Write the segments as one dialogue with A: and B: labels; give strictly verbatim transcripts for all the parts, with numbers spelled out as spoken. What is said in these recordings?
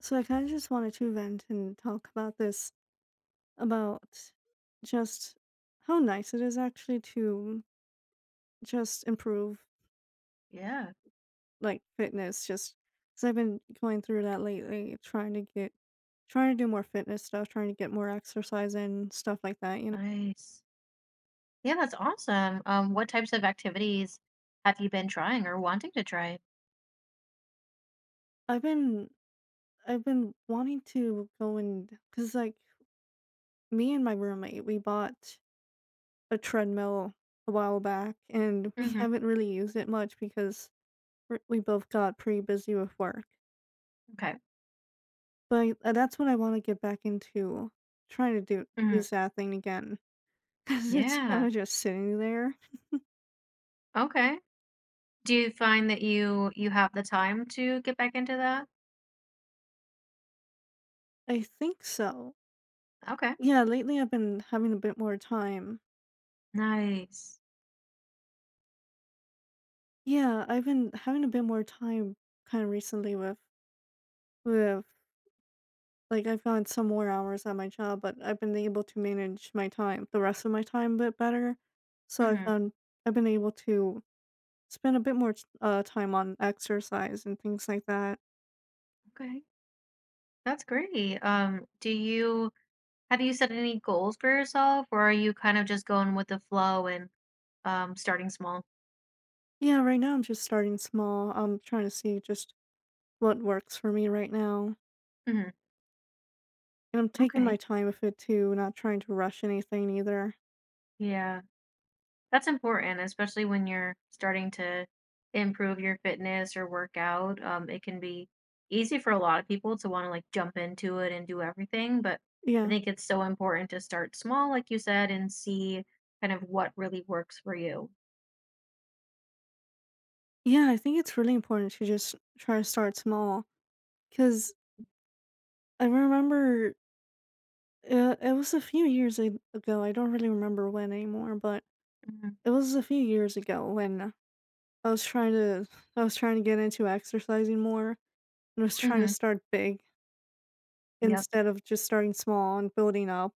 A: So I kind of just wanted to vent and talk about this about just how nice it is actually to just improve
B: Yeah,
A: like fitness, just cuz I've been going through that lately trying to get trying to do more fitness stuff, trying to get more exercise and stuff like that, you know.
B: nice. Yeah, that's awesome. Um, what types of activities have you been trying or wanting to try?
A: I've been I've been wanting to go, and cuz like me and my roommate, we bought a treadmill a while back, and we
B: Hmm.
A: haven't really used it much because we're- we both got pretty busy with work.
B: Okay.
A: But uh, that's what I wanna get back into, trying to do
B: Hmm.
A: use that thing again, cause it's
B: Yeah.
A: kinda just sitting there.
B: Okay. Do you find that you you have the time to get back into that?
A: I think so.
B: Okay.
A: Yeah, lately I've been having a bit more time.
B: Nice.
A: Yeah, I've been having a bit more time kinda recently with with like, I've gotten some more hours at my job, but I've been able to manage my time the rest of my time a bit better. So I've
B: Hmm.
A: gone I've been able to spend a bit more t uh, time on exercise and things like that.
B: Okay. That's great. Um, do you have you set any goals for yourself, or are you kind of just going with the flow and um starting small?
A: Yeah, right now I'm just starting small. I'm trying to see just what works for me right now.
B: Hmm.
A: And I'm taking my
B: Okay.
A: time with it too, not trying to rush anything either.
B: Yeah. That's important, especially when you're starting to improve your fitness or work out. Um, it can be easy for a lot of people to want to like jump into it and do everything, but I
A: Yeah.
B: think it's so important to start small, like you said, and see kind of what really works for you.
A: Yeah, I think it's really important to just try to start small. Because I remember uh, it was a few years a- ago. I don't really remember when anymore, but
B: Hmm.
A: it was a few years ago when I was trying to I was trying to get into exercising more, and I was trying to
B: Hmm.
A: start big
B: Yep.
A: instead of just starting small and building up.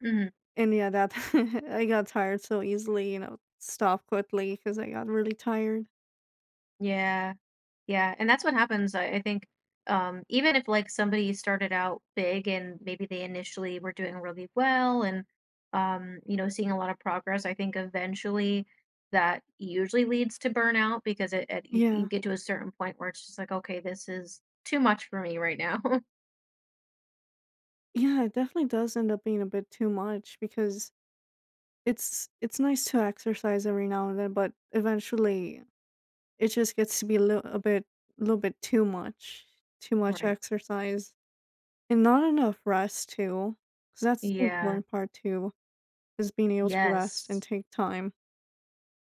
B: Hmm.
A: And yeah, that I got tired so easily, you know, stopped quickly because I got really tired.
B: Yeah. Yeah, and that's what happens. I, I think um, even if like somebody started out big and maybe they initially were doing really well and um, you know seeing a lot of progress, I think eventually that usually leads to burnout because it, it you, you
A: Yeah.
B: get to a certain point where it's just like, okay, this is too much for me right now.
A: Yeah, it definitely does end up being a bit too much because it's it's nice to exercise every now and then, but eventually it just gets to be a little a bit a little bit too much. Too much
B: Right.
A: exercise and not enough rest too. Because that's the
B: Yeah.
A: important part too, is being able to rest and
B: Yes.
A: take time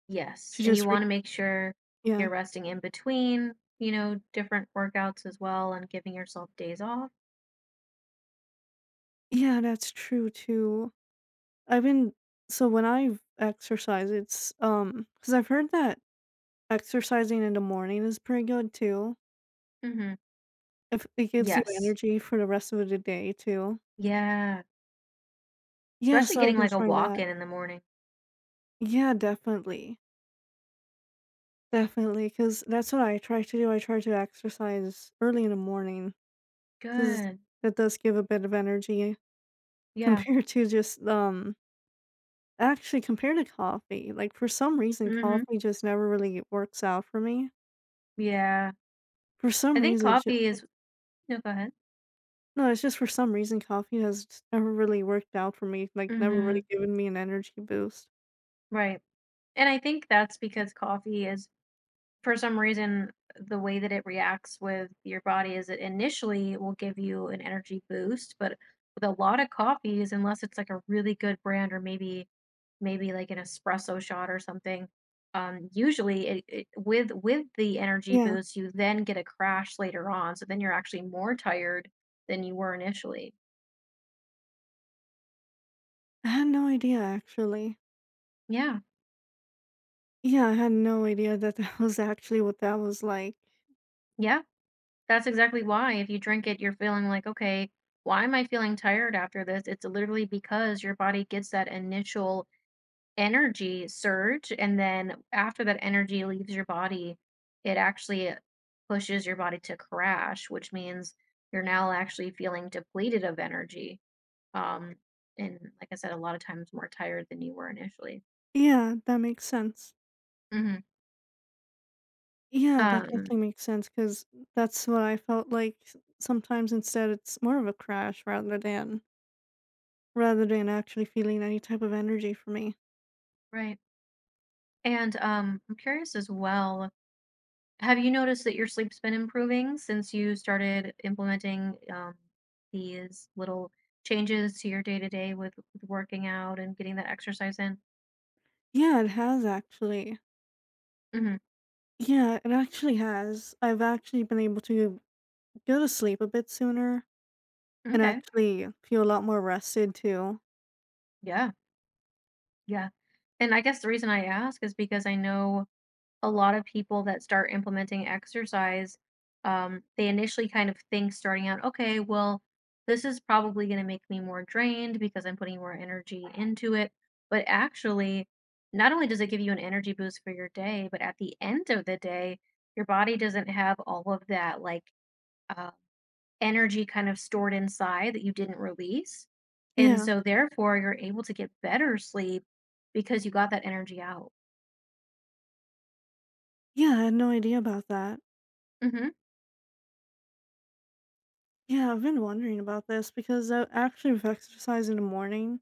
B: Yes.
A: to
B: And you
A: just re-
B: want to make sure you're
A: yeah.
B: resting in between, you know, different workouts as well and giving yourself days off.
A: Yeah, that's true too. I've been So when I exercise, it's um because I've heard that exercising in the morning is pretty good too.
B: Hmm.
A: If it gives you
B: Yes.
A: energy for the rest of the day too.
B: Yeah,
A: Yeah,
B: especially
A: so
B: getting,
A: I've been
B: like, a
A: trying
B: walk
A: that.
B: in in the morning.
A: Yeah, definitely, definitely, because that's what I try to do. I try to exercise early in the morning because
B: Good.
A: that does give a bit of energy
B: Yeah.
A: compared to just um actually compared to coffee. Like for some reason,
B: Mhm.
A: coffee just never really works out for me.
B: Yeah.
A: For
B: I
A: some
B: think
A: reason,
B: coffee is no, go ahead.
A: No, it's just for some reason, coffee has just never really worked out for me, like, never Mm.
B: Mhm.
A: really given me an energy boost.
B: Right. And I think that's because coffee is for some reason, the way that it reacts with your body is it initially will give you an energy boost, but with a lot of coffees, unless it's like a really good brand or maybe maybe like an espresso shot or something, um, usually it, it, with with the energy
A: Yeah.
B: boost, you then get a crash later on. So then you're actually more tired than you were initially.
A: I had no idea, actually.
B: Yeah,
A: Yeah, I had no idea that that was actually what that was like.
B: yeah, that's exactly why. If you drink it, you're feeling like okay, why am I feeling tired after this? It's literally because your body gets that initial energy surge, and then after that energy leaves your body, it actually pushes your body to crash, which means you're now actually feeling depleted of energy. Um, and like I said, a lot of times more tired than you were initially.
A: Yeah, that makes sense.
B: Hmm.
A: Yeah, that
B: Um,
A: definitely makes sense because that's what I felt like s sometimes, instead it's more of a crash rather than rather than actually feeling any type of energy for me.
B: right. And um, I'm curious as well. Have you noticed that your sleep's been improving since you started implementing um, these little changes to your day to day with with working out and getting that exercise in?
A: Yeah, it has actually.
B: Mhm.
A: Yeah, it actually has. I've actually been able to go to sleep a bit sooner. And
B: Okay.
A: actually feel a lot more rested too.
B: Yeah. Yeah. And I guess the reason I ask is because I know a lot of people that start implementing exercise, um, they initially kind of think starting out, okay, well, this is probably going to make me more drained because I'm putting more energy into it. But actually, not only does it give you an energy boost for your day, but at the end of the day, your body doesn't have all of that like uh, energy kind of stored inside that you didn't release. And
A: Yeah.
B: so therefore you're able to get better sleep because you got that energy out.
A: Yeah, I had no idea about that.
B: Mhm.
A: Yeah, I've been wondering about this because I actually have exercise in the morning.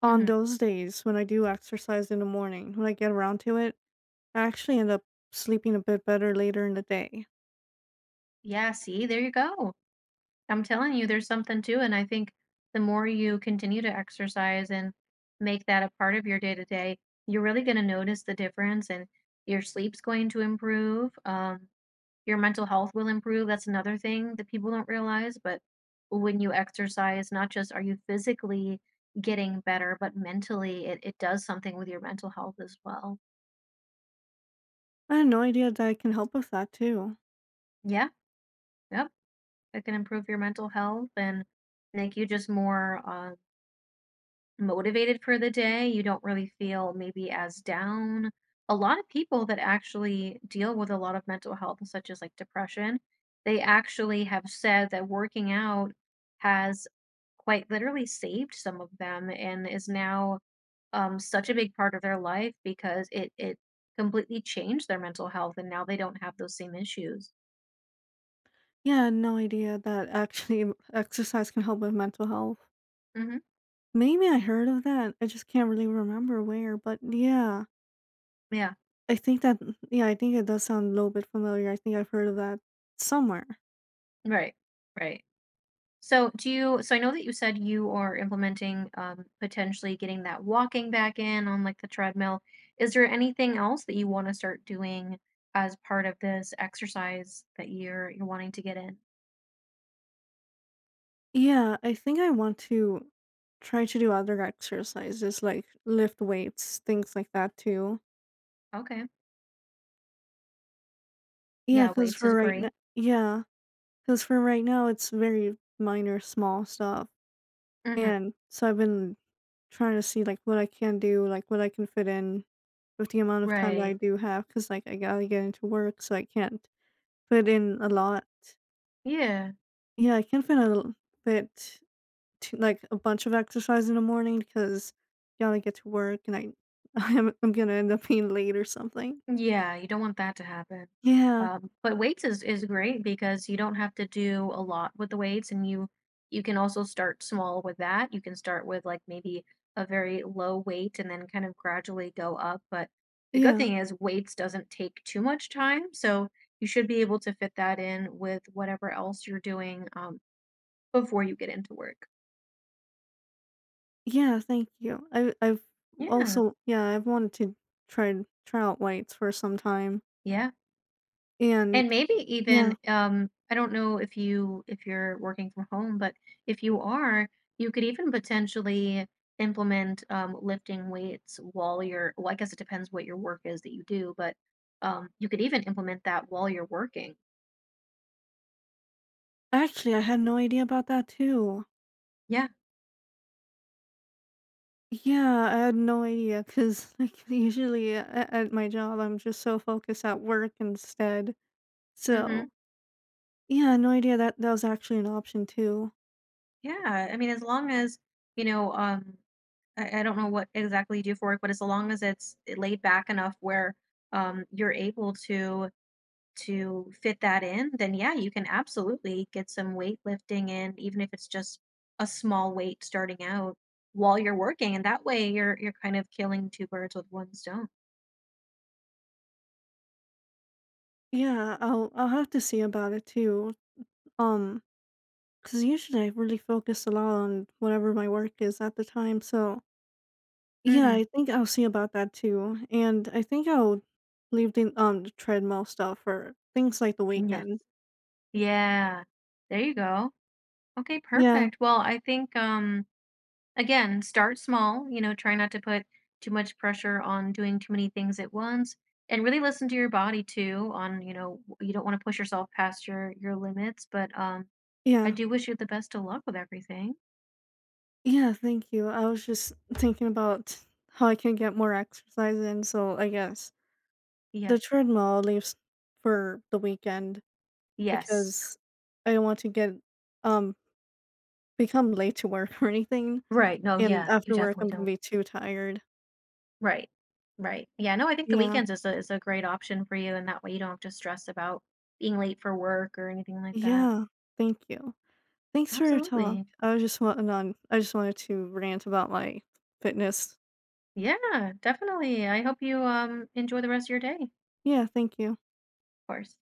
A: On
B: Mhm.
A: those days when I do exercise in the morning, when I get around to it, I actually end up sleeping a bit better later in the day.
B: Yeah, see, there you go. I'm telling you there's something to it, and I think the more you continue to exercise and make that a part of your day to day, you're really gonna notice the difference and your sleep's going to improve. Um, your mental health will improve. That's another thing that people don't realize. But when you exercise, not just are you physically getting better, but mentally, it, it does something with your mental health as well.
A: I had no idea that it can help with that too.
B: Yeah. Yep. It can improve your mental health and make you just more uh, motivated for the day, you don't really feel maybe as down. A lot of people that actually deal with a lot of mental health, such as like depression, they actually have said that working out has quite literally saved some of them and is now um, such a big part of their life because it it completely changed their mental health and now they don't have those same issues.
A: Yeah, I had no idea that actually exercise can help with mental health.
B: Hmm.
A: Maybe I heard of that. I just can't really remember where, but yeah.
B: Yeah,
A: I think that yeah, I think it does sound a little bit familiar. I think I've heard of that somewhere.
B: right, right. So do you so I know that you said you are implementing um, potentially getting that walking back in on like the treadmill. Is there anything else that you want to start doing as part of this exercise that you're you're wanting to get in?
A: Yeah, I think I want to try to do other exercises like lift weights, things like that too.
B: Okay.
A: Yeah,
B: Yeah,
A: because
B: weights
A: for
B: is
A: right now,
B: great.
A: yeah, because for right now it's very minor, small stuff,
B: Hmm.
A: and so I've been trying to see like what I can do, like what I can fit in with the amount of time that I
B: Right.
A: do have, because like I gotta get into work, so I can't fit in a lot.
B: Yeah.
A: Yeah, I can fit a l- fit to like a bunch of exercise in the morning because gotta get to work and I I'm, I'm gonna end up being late or something.
B: Yeah, you don't want that to happen.
A: Yeah,
B: Um, but weights is is great because you don't have to do a lot with the weights, and you you can also start small with that. You can start with like maybe a very low weight and then kind of gradually go up. But the good
A: yeah,
B: thing is weights doesn't take too much time, so you should be able to fit that in with whatever else you're doing um, before you get into work.
A: yeah. Thank you. I I've
B: Yeah,
A: also yeah I've wanted to try try out lights for some time
B: yeah. And
A: and
B: maybe
A: yeah,
B: even, um, I don't know if you if you're working from home, but if you are, you could even potentially implement, um, lifting weights while you're well, I guess it depends what your work is that you do, but, um, you could even implement that while you're working.
A: actually I had no idea about that too.
B: Yeah,
A: Yeah, I had no idea because like usually at, at my job I'm just so focused at work instead.
B: mhm.
A: So yeah, no idea that that was actually an option too.
B: Yeah, I mean, as long as, you know, um, I I don't know what exactly you do for work, but as long as it's laid back enough where, um, you're able to to fit that in, then yeah, you can absolutely get some weightlifting in, even if it's just a small weight starting out while you're working. And that way you're you're kind of killing two birds with one stone.
A: Yeah, I'll I'll have to see about it too. Um, cause usually I really focus a lot on whatever my work is at the time. So yeah,
B: Mhm.
A: I think I'll see about that too. And I think I'll leave the um the treadmill stuff for things like the
B: Yes.
A: weekend.
B: Yeah. There you go. Okay,
A: Yeah,
B: perfect. Well, I think um again, start small, you know, try not to put too much pressure on doing too many things at once and really listen to your body too on, you know, w- you don't want to push yourself past your your limits, but um I
A: yeah,
B: do wish you the best of luck with everything.
A: yeah. Thank you. I was just thinking about how I can get more exercise in. So I guess
B: Yeah.
A: the treadmill leaves for the weekend
B: Yes.
A: because I don't want to get um become late to work or anything.
B: Right. No,
A: And
B: yeah. You
A: after work,
B: definitely
A: I'm gonna
B: don't.
A: be too tired.
B: Right. Right. Yeah, no, I think the
A: Yeah.
B: weekends is a is a great option for you, and that way you don't have to stress about being late for work or anything like that.
A: Yeah. Thank you. Thanks for your talk.
B: Absolutely.
A: I was just wanting on I just wanted to rant about my fitness.
B: Yeah, definitely. I hope you um enjoy the rest of your day, of
A: Yeah, thank you.
B: course.